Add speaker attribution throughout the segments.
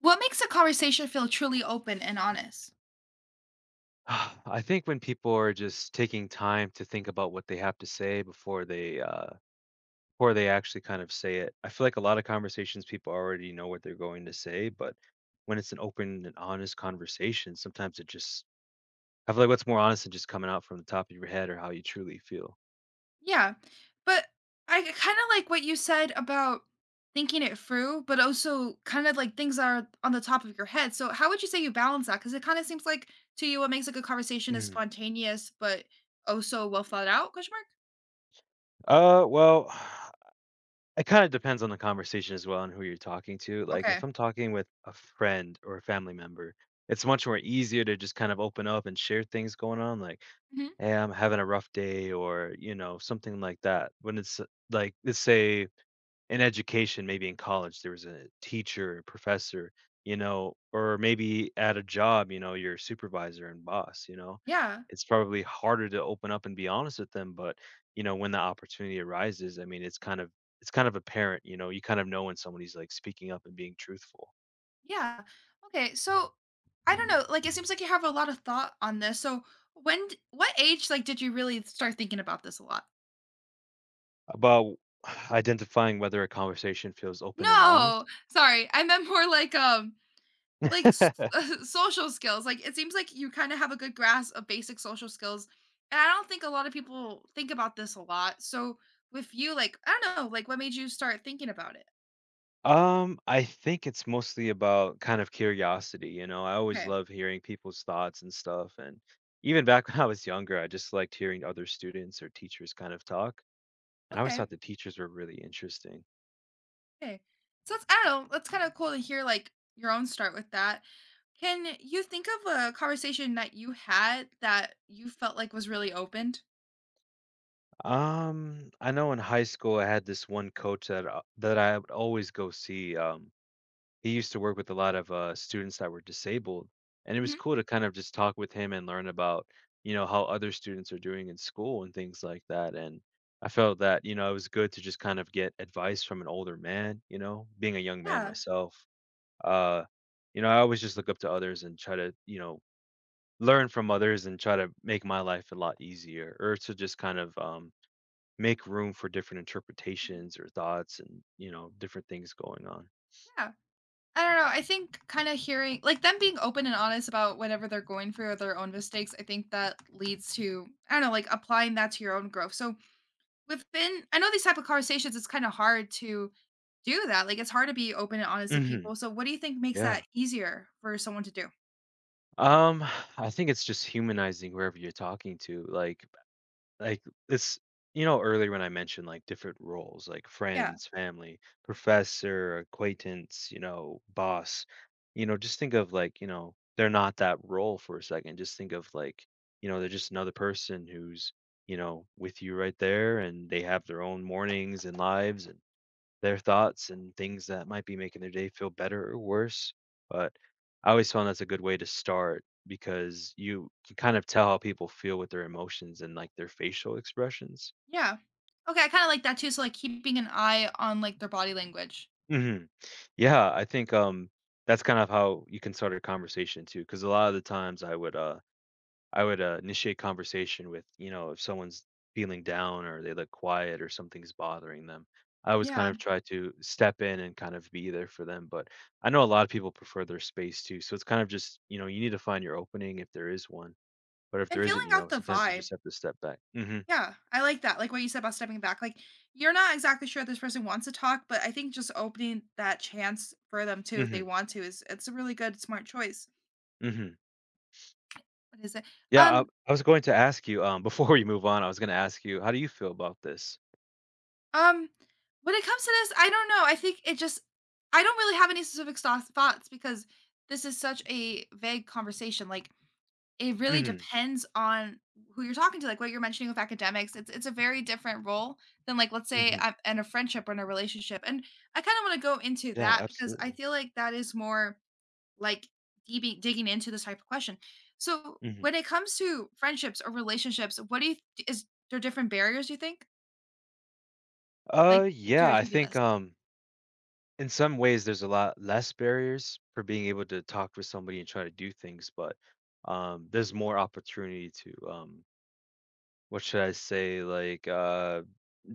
Speaker 1: What makes a conversation feel truly open and honest?
Speaker 2: I think when people are just taking time to think about what they have to say before they actually kind of say it. I feel like a lot of conversations people already know what they're going to say, but when it's an open and honest conversation, sometimes it just I feel like what's more honest than just coming out from the top of your head or how you truly feel.
Speaker 1: Yeah. But I kind of like what you said about thinking it through, but also kind of like things that are on the top of your head. So, how would you say you balance that? Because it kind of seems like to you, what makes a good conversation is
Speaker 2: Mm.
Speaker 1: spontaneous, but also well thought out? Question mark.
Speaker 2: Well, it kind of depends on the conversation as well and who you're talking to. Like if
Speaker 1: Okay.
Speaker 2: I'm talking with a friend or a family member, it's much more easier to just kind of open up and share things going on like,
Speaker 1: Hmm.
Speaker 2: "Hey, I'm having a rough day," or, you know, something like that. When it's like, let's say in education, maybe in college, there was a teacher, a professor, you know, or maybe at a job, you know, your supervisor and boss, you know,
Speaker 1: Yeah.
Speaker 2: it's probably harder to open up and be honest with them. But, you know, when the opportunity arises, I mean, it's kind of apparent, you know, you kind of know when somebody's like speaking up and being truthful
Speaker 1: Yeah. Okay. So, I don't know. Like, it seems like you have a lot of thought on this. So, what age, like, did you really start thinking about this a lot?
Speaker 2: about identifying whether a conversation feels open and honest.
Speaker 1: No! Sorry, I meant more like s social skills, like, it seems like you kinda have a good grasp of basic social skills, and I don't think a lot of people think about this a lot, so with you, like, I don't know, like, what made you start thinking about it?
Speaker 2: I think it's mostly about kind of curiosity, you know. I always
Speaker 1: Okay,
Speaker 2: love hearing people's thoughts and stuff. And even back when I was younger, I just liked hearing other students or teachers kind of talk. And I always
Speaker 1: okay,
Speaker 2: thought the teachers were really interesting.
Speaker 1: okay. So that's I don't know, that's kinda cool to hear, like, your own start with that. Can you think of a conversation that you had that you felt like was really opened?
Speaker 2: I know in high school I had this one coach that I would always go see. He used to work with a lot of students that were disabled and it was
Speaker 1: Mhm,
Speaker 2: cool to kind of just talk with him and learn about, you know, how other students are doing in school and things like that. And I felt that, you know, it was good to just kind of get advice from an older man, you know, being a young man
Speaker 1: yeah,
Speaker 2: myself. uh you know, I always just look up to others and try to, you know, learn from others and try to make my life a lot easier, or to just kind of, make room for different
Speaker 1: mhm,
Speaker 2: interpretations or thoughts and, you know, different things going on.
Speaker 1: yeah. I don't know. I think kind of hearing like them being open and honest about whatever they're going through or their own mistakes, I think that leads to I don't know, like applying that to your own growth. So within I know these type of conversations, it's kind of hard to do that. Like it's hard to be open and honest with
Speaker 2: Hmm.
Speaker 1: people. So what do you think makes that
Speaker 2: Yeah.
Speaker 1: easier for someone to do?
Speaker 2: Um, I think it's just humanizing whoever you're talking to. Like this, you know, earlier when I mentioned like different roles, like
Speaker 1: Yeah.
Speaker 2: friends, family, professor, acquaintance, you know, boss, you know, just think of like, you know, they're not that role for a second. Just think of like, you know, they're just another person who's, you know, with you right there and they have their own mornings and lives and their thoughts and things that might be making their day feel better or worse. But I always found that's a good way to start because you can kind of tell how people feel with their emotions and like their facial expressions.
Speaker 1: Yeah. Okay, I kind of like that too. So like keeping an eye on like their body language.
Speaker 2: Hmm. Yeah, I think that's kind of how you can start a conversation too. Because a lot of the times I would initiate conversation with, you know, if someone's feeling down or they look quiet or something's bothering them. I always kind
Speaker 1: Yeah.
Speaker 2: of try to step in and kind of be there for them. But I know a lot of people prefer their space too. So it's kind of just, you know, you need to find your opening if there is one. But if
Speaker 1: And
Speaker 2: there isn't,
Speaker 1: feeling
Speaker 2: you
Speaker 1: out
Speaker 2: know,
Speaker 1: the
Speaker 2: sometimes you
Speaker 1: vibe.
Speaker 2: just have to step back. Hmm.
Speaker 1: Yeah, I like that, like, what you said about stepping back, like, you're not exactly sure if this person wants to talk, but I think just opening that chance for them too, if they
Speaker 2: Hmm.
Speaker 1: want to is it's a really good smart choice.
Speaker 2: Hmm.
Speaker 1: What is it?
Speaker 2: Yeah, I,
Speaker 1: Um
Speaker 2: I was going to ask you before we move on. I was going to ask you, how do you feel about this?
Speaker 1: um, when it comes to this, I don't know, I think it just I don't really have any specific sauce thoughts because this is such a vague conversation, like, it really
Speaker 2: Hmm.
Speaker 1: depends on who you're talking to, like, what you're mentioning with academics, it's a very different role than, like, let's say
Speaker 2: Hmm.
Speaker 1: I'm in a friendship or in a relationship, and I kinda wanna go into
Speaker 2: Yeah,
Speaker 1: that because I
Speaker 2: absolutely.
Speaker 1: feel like that is more, like, deeping digging into this type of question. So,
Speaker 2: Hmm.
Speaker 1: when it comes to friendships or relationships, what do you is there different barriers, you think? Like, to
Speaker 2: Yeah, I
Speaker 1: achieving
Speaker 2: think
Speaker 1: this?
Speaker 2: in some ways there's a lot less barriers for being able to talk with somebody and try to do things, but there's more opportunity to, what should I say like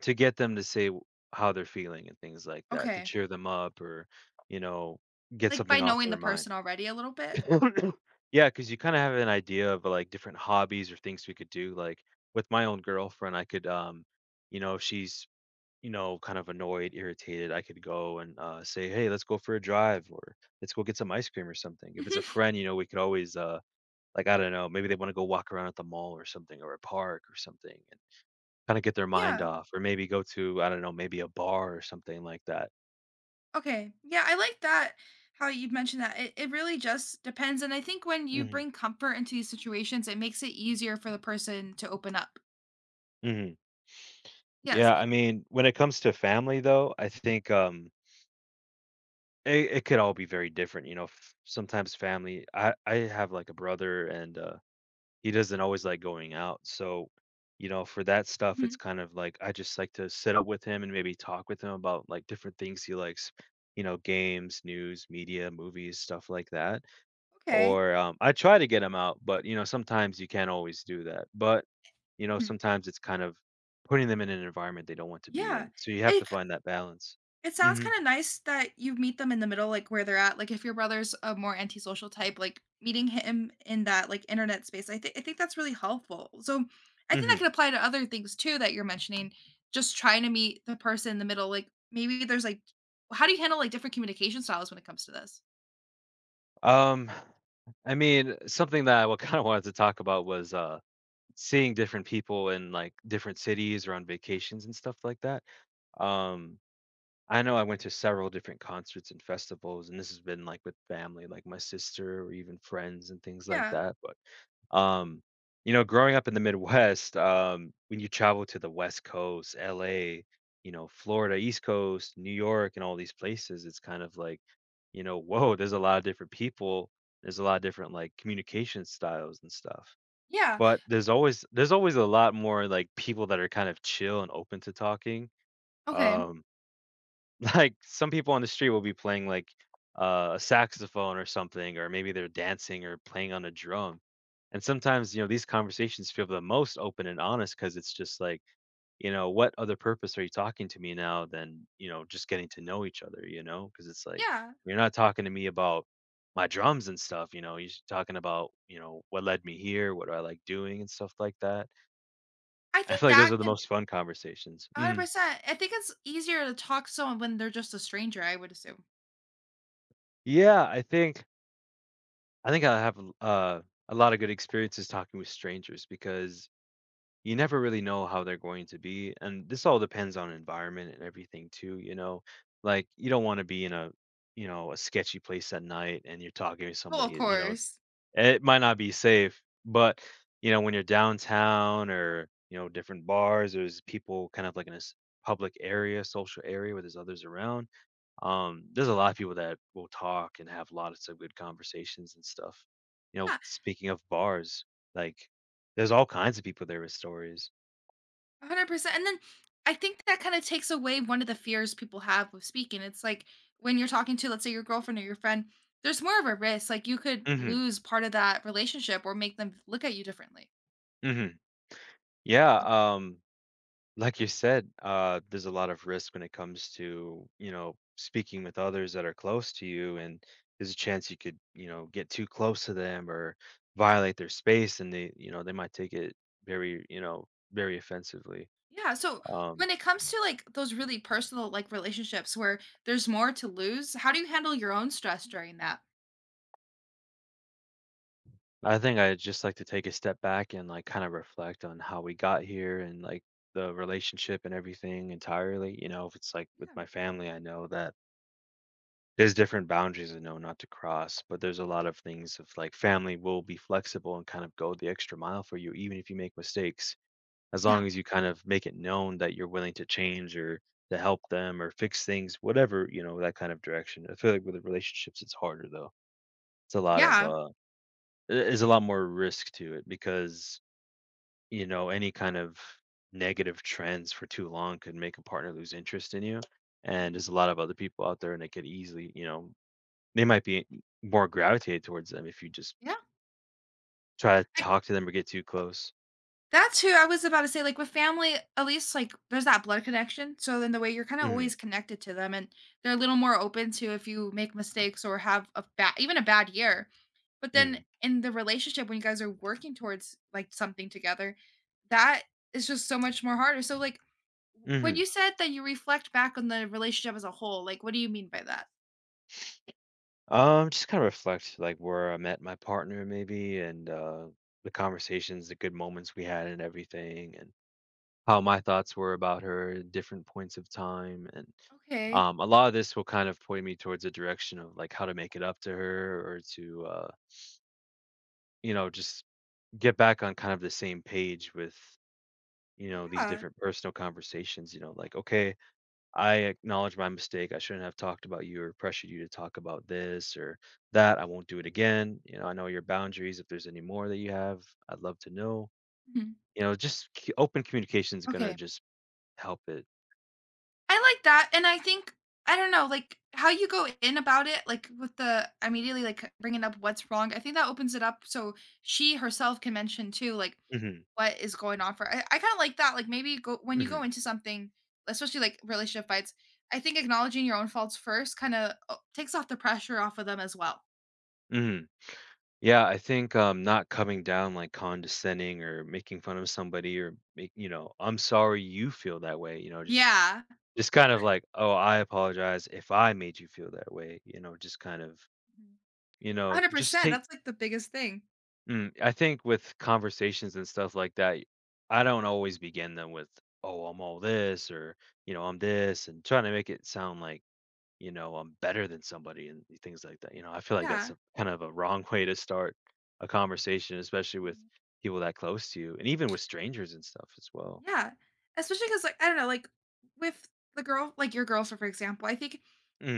Speaker 2: to get them to say how they're feeling and things like that, to
Speaker 1: Okay.
Speaker 2: cheer them up or, you know, get
Speaker 1: Like, by
Speaker 2: something off
Speaker 1: knowing
Speaker 2: their
Speaker 1: the
Speaker 2: mind.
Speaker 1: person already a little bit?
Speaker 2: Yeah, because you kind of have an idea of like different hobbies or things we could do. Like with my own girlfriend, I could, you know, if she's, you know, kind of annoyed, irritated, I could go and say, "Hey, let's go for a drive, or let's go get some ice cream or something." If it's a friend, you know, we could always, like, I don't know, maybe they want to go walk around at the mall or something, or a park or something, and kind of get their mind
Speaker 1: Yeah.
Speaker 2: off, or maybe go to, I don't know, maybe a bar or something like that.
Speaker 1: Okay. Yeah, I like that how you mentioned that. It really just depends. And I think when you
Speaker 2: Hmm.
Speaker 1: bring comfort into these situations, it makes it easier for the person to open up.
Speaker 2: Hmm.
Speaker 1: Yes.
Speaker 2: Yeah, I mean, when it comes to family, though, I think it, it could all be very different. You know, sometimes family. I have like a brother and he doesn't always like going out. So, you know, for that stuff, it's
Speaker 1: Mhm.
Speaker 2: kind of like I just like to sit up with him and maybe talk with him about like different things he likes, you know, games, news, media, movies, stuff like that.
Speaker 1: Okay.
Speaker 2: Or I try to get him out, but, you know, sometimes you can't always do that. But, you know,
Speaker 1: Mhm.
Speaker 2: sometimes it's kind of putting them in an environment they don't want to be
Speaker 1: Yeah.
Speaker 2: in. So you have
Speaker 1: It
Speaker 2: to find that balance.
Speaker 1: It sounds
Speaker 2: Hmm.
Speaker 1: kinda nice that you meet them in the middle, like, where they're at, like, if your brother's a more antisocial type, like, meeting him in that, like, internet space, I think that's really helpful. So, I think that
Speaker 2: Hmm.
Speaker 1: could apply to other things too that you're mentioning, just trying to meet the person in the middle, like, maybe there's, like how do you handle, like, different communication styles when it comes to this?
Speaker 2: Um, I mean, something that I kind of wanted to talk about was seeing different people in like different cities or on vacations and stuff like that. Um, I know I went to several different concerts and festivals, and this has been like with family, like my sister or even friends and things like
Speaker 1: Yeah.
Speaker 2: that. But um, you know, growing up in the Midwest, when you travel to the West Coast, LA, you know, Florida, East Coast, New York, and all these places, it's kind of like, you know, whoa, there's a lot of different people, there's a lot of different like communication styles and stuff.
Speaker 1: Yeah.
Speaker 2: But there's always a lot more, like, people that are kind of chill and open to talking.
Speaker 1: Okay.
Speaker 2: Um, like, some people on the street will be playing, like, a saxophone or something, or maybe they're dancing or playing on a drum. And sometimes, you know, these conversations feel the most open and honest because it's just like, you know, what other purpose are you talking to me now than, you know, just getting to know each other, you know, because it's like,
Speaker 1: Yeah.
Speaker 2: you're not talking to me about my drums and stuff, you know? You're talking about, you know, what led me here, what do I like doing and stuff like that.
Speaker 1: I
Speaker 2: I
Speaker 1: think
Speaker 2: feel like
Speaker 1: that
Speaker 2: those are the
Speaker 1: could
Speaker 2: most fun conversations. Mm.
Speaker 1: 100%. I think it's easier to talk to someone when they're just a stranger, I would assume.
Speaker 2: Yeah, I think I have a lot of good experiences talking with strangers, because you never really know how they're going to be, and this all depends on environment and everything too. You know, like you don't want to be in a, you know, a sketchy place at night and you're talking to
Speaker 1: Well, of
Speaker 2: somebody. You know,
Speaker 1: course.
Speaker 2: it might not be safe, but you know when you're downtown or, you know, different bars, there's people kind of like in a public area, social area where there's others around. There's a lot of people that will talk and have lots of good conversations and stuff. You know,
Speaker 1: Yeah.
Speaker 2: speaking of bars, like there's all kinds of people there with stories.
Speaker 1: 100%. And then I think that kind of takes away one of the fears people have with speaking. It's like when you're talking to, let's say, your girlfriend or your friend, there's more of a risk. Like you could
Speaker 2: Hmm.
Speaker 1: lose part of that relationship or make them look at you differently.
Speaker 2: Hmm. Yeah,
Speaker 1: Yeah.
Speaker 2: like you said, there's a lot of risk when it comes to, you know, speaking with others that are close to you, and there's a chance you could, you know, get too close to them or violate their space, and they, you know, they might take it very, you know, very offensively.
Speaker 1: Yeah. So
Speaker 2: Um,
Speaker 1: when it comes to like those really personal like relationships where there's more to lose, how do you handle your own stress during that?
Speaker 2: I think I'd just like to take a step back and like kind of reflect on how we got here and like the relationship and everything entirely. You know, if it's like with
Speaker 1: Yeah.
Speaker 2: my family, I know that there's different boundaries I know not to cross, but there's a lot of things of like family will be flexible and kind of go the extra mile for you, even if you make mistakes, as
Speaker 1: Yeah.
Speaker 2: long as you kind of make it known that you're willing to change or to help them or fix things, whatever, you know, that kind of direction. I feel like with the relationships, it's harder though. It's a lot of,
Speaker 1: Yeah.
Speaker 2: is a lot more risk to it because, you know, any kind of negative trends for too long could make a partner lose interest in you. And
Speaker 1: Mhm.
Speaker 2: there's a lot of other people out there, and they could easily, they might be more gravitated towards them if you just
Speaker 1: Yeah.
Speaker 2: try to talk to them or get too close.
Speaker 1: That's who I was about to say, like, with family, at least, like, there's that blood connection, so then the way you're kinda
Speaker 2: hmm
Speaker 1: always connected to them, and they're a little more open to if you make mistakes or have a bad, even a bad year. But
Speaker 2: hmm
Speaker 1: then in the relationship, when you guys are working towards, like, something together, that is just so much more harder, so, like, w when
Speaker 2: hmm
Speaker 1: you said that you reflect back on the relationship as a whole, like, what do you mean by that?
Speaker 2: Just kind of reflect like where I met my partner, maybe, and the conversations, the good moments we had, and everything, and how my thoughts were about her at different points of time. And
Speaker 1: Okay.
Speaker 2: a lot of this will kind of point me towards a direction of like how to make it up to her or to you know, just get back on kind of the same page with, you know, these
Speaker 1: Yeah.
Speaker 2: different personal conversations. You know, like, okay, I acknowledge my mistake. I shouldn't have talked about you or pressured you to talk about this or that. I won't do it again. You know, I know your boundaries. If there's any more that you have, I'd love to know.
Speaker 1: Mhm.
Speaker 2: You know, just open communication is going to
Speaker 1: Okay.
Speaker 2: just help it.
Speaker 1: I like that, and I think I don't know, like, how you go in about it, like, with the immediately, like, bringing up what's wrong, I think that opens it up so she herself can mention too, like,
Speaker 2: hmm
Speaker 1: what is going on for I kinda like that, like, maybe go when you go
Speaker 2: hmm
Speaker 1: into something, especially, like, relationship fights, I think acknowledging your own faults first kinda takes off the pressure off of them as well.
Speaker 2: Mhm. Yeah, I think, not coming down, like, condescending or making fun of somebody or make, you know, "I'm sorry you feel that way," you know, just
Speaker 1: Yeah.
Speaker 2: kind of like, "Oh, I apologize if I made you feel that way," you know, just kind of,
Speaker 1: Mhm.
Speaker 2: you know, just
Speaker 1: 100%,
Speaker 2: take.
Speaker 1: that's, like, the biggest thing.
Speaker 2: Mm, I think with conversations and stuff like that, I don't always begin them with, "Oh, I'm all this," or, you know, "I'm this," and trying to make it sound like, you know, I'm better than somebody and things like that. You know, I feel like that's
Speaker 1: Yeah.
Speaker 2: a, kind of a wrong way to start a conversation, especially with people that close to you and even with strangers and stuff as well.
Speaker 1: Yeah, especially because like, I don't know, like, with the girl like, your girlfriend, for example, I think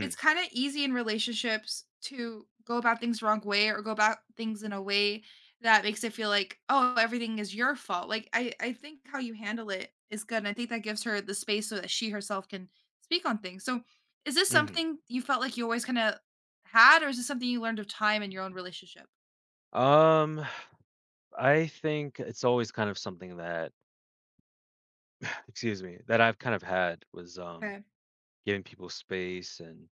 Speaker 1: it's kinda easy in relationships to go about things the wrong way or go about things in a way that makes it feel like, "Oh, everything is your fault." Like, I think how you handle it is good, and I think that gives her the space so that she herself can speak on things. So, is this
Speaker 2: hmm
Speaker 1: something you felt like you always kinda had, or is this something you learned of time in your own relationship?
Speaker 2: Um, I think it's always kind of something that, excuse me, that I've kind of had was
Speaker 1: Okay.
Speaker 2: giving people space. And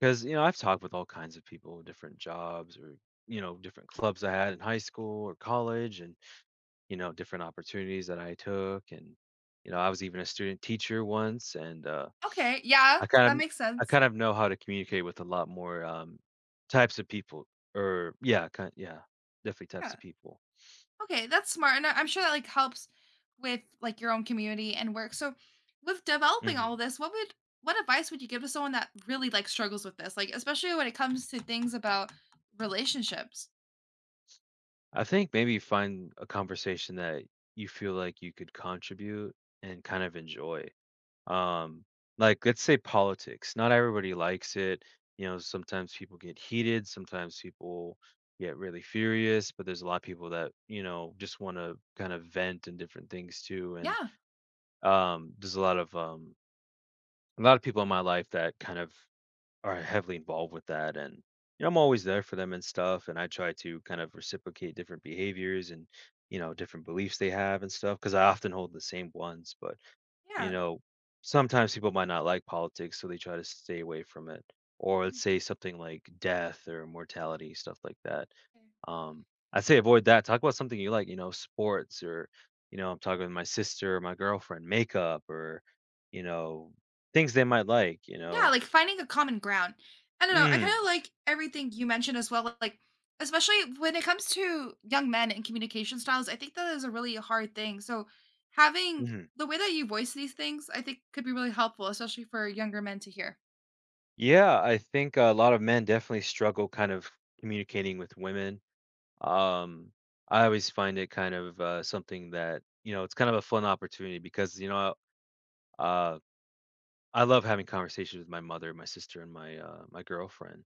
Speaker 2: because, you know, I've talked with all kinds of people, different jobs, or, you know, different clubs I had in high school or college, and, you know, different opportunities that I took, and, you know, I was even a student teacher once. And
Speaker 1: Okay, yeah,
Speaker 2: I
Speaker 1: that
Speaker 2: kind of
Speaker 1: makes
Speaker 2: I
Speaker 1: sense.
Speaker 2: kind of know how to communicate with a lot more types of people. Or yeah, kind Yeah, definitely types
Speaker 1: Yeah.
Speaker 2: of people.
Speaker 1: Okay, that's smart, and I'm sure that, like, helps with, like, your own community and work. So, with developing
Speaker 2: hmm
Speaker 1: all this, what would what advice would you give to someone that really, like, struggles with this? Like, especially when it comes to things about relationships.
Speaker 2: I think maybe find a conversation that you feel like you could contribute and kind of enjoy. um like, let's say politics. Not everybody likes it. You know, sometimes people get heated, sometimes people get really furious, but there's a lot of people that, you know, just want to kind of vent and different things too. And
Speaker 1: Yeah,
Speaker 2: there's a lot of people in my life that kind of are heavily involved with that, and, you know, I'm always there for them and stuff, and I try to kind of reciprocate different behaviors and, you know, different beliefs they have and stuff, because I often hold the same ones. But, you
Speaker 1: yeah.
Speaker 2: know, sometimes people might not like politics, so they try to stay away from it. Or let's say something like death or mortality, stuff like that.
Speaker 1: Mhm.
Speaker 2: Um, I'd say avoid that. Talk about something you like, you know, sports, or, you know, I'm talking with my sister, my girlfriend, makeup, or, you know, things they might like, you
Speaker 1: Yeah,
Speaker 2: know.
Speaker 1: like finding a common ground. I don't know. I kind
Speaker 2: Mm,
Speaker 1: of like everything you mentioned as well. Like, especially when it comes to young men and communication styles, I think that is a really hard thing. So, having
Speaker 2: hmm
Speaker 1: the way that you voice these things, I think could be really helpful, especially for younger men to hear.
Speaker 2: Yeah, I think a lot of men definitely struggle kind of communicating with women. Um, I always find it kind of something that, you know, it's kind of a fun opportunity, because, you know, Uh, I love having conversations with my mother, my sister, and my my girlfriend,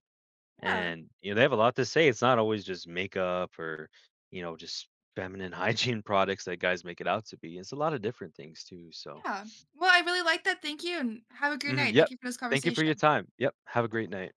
Speaker 1: Yeah.
Speaker 2: and, you know, they have a lot to say. It's not always just makeup or, you know, just feminine hygiene products that guys make it out to be. It's a lot of different things too. So,
Speaker 1: Yeah. Well, I really like that. Thank you and have a great
Speaker 2: mhm,
Speaker 1: night. Thank
Speaker 2: yep.
Speaker 1: you for this
Speaker 2: Thank you for your
Speaker 1: conversation.
Speaker 2: time. Yep. Have a great night.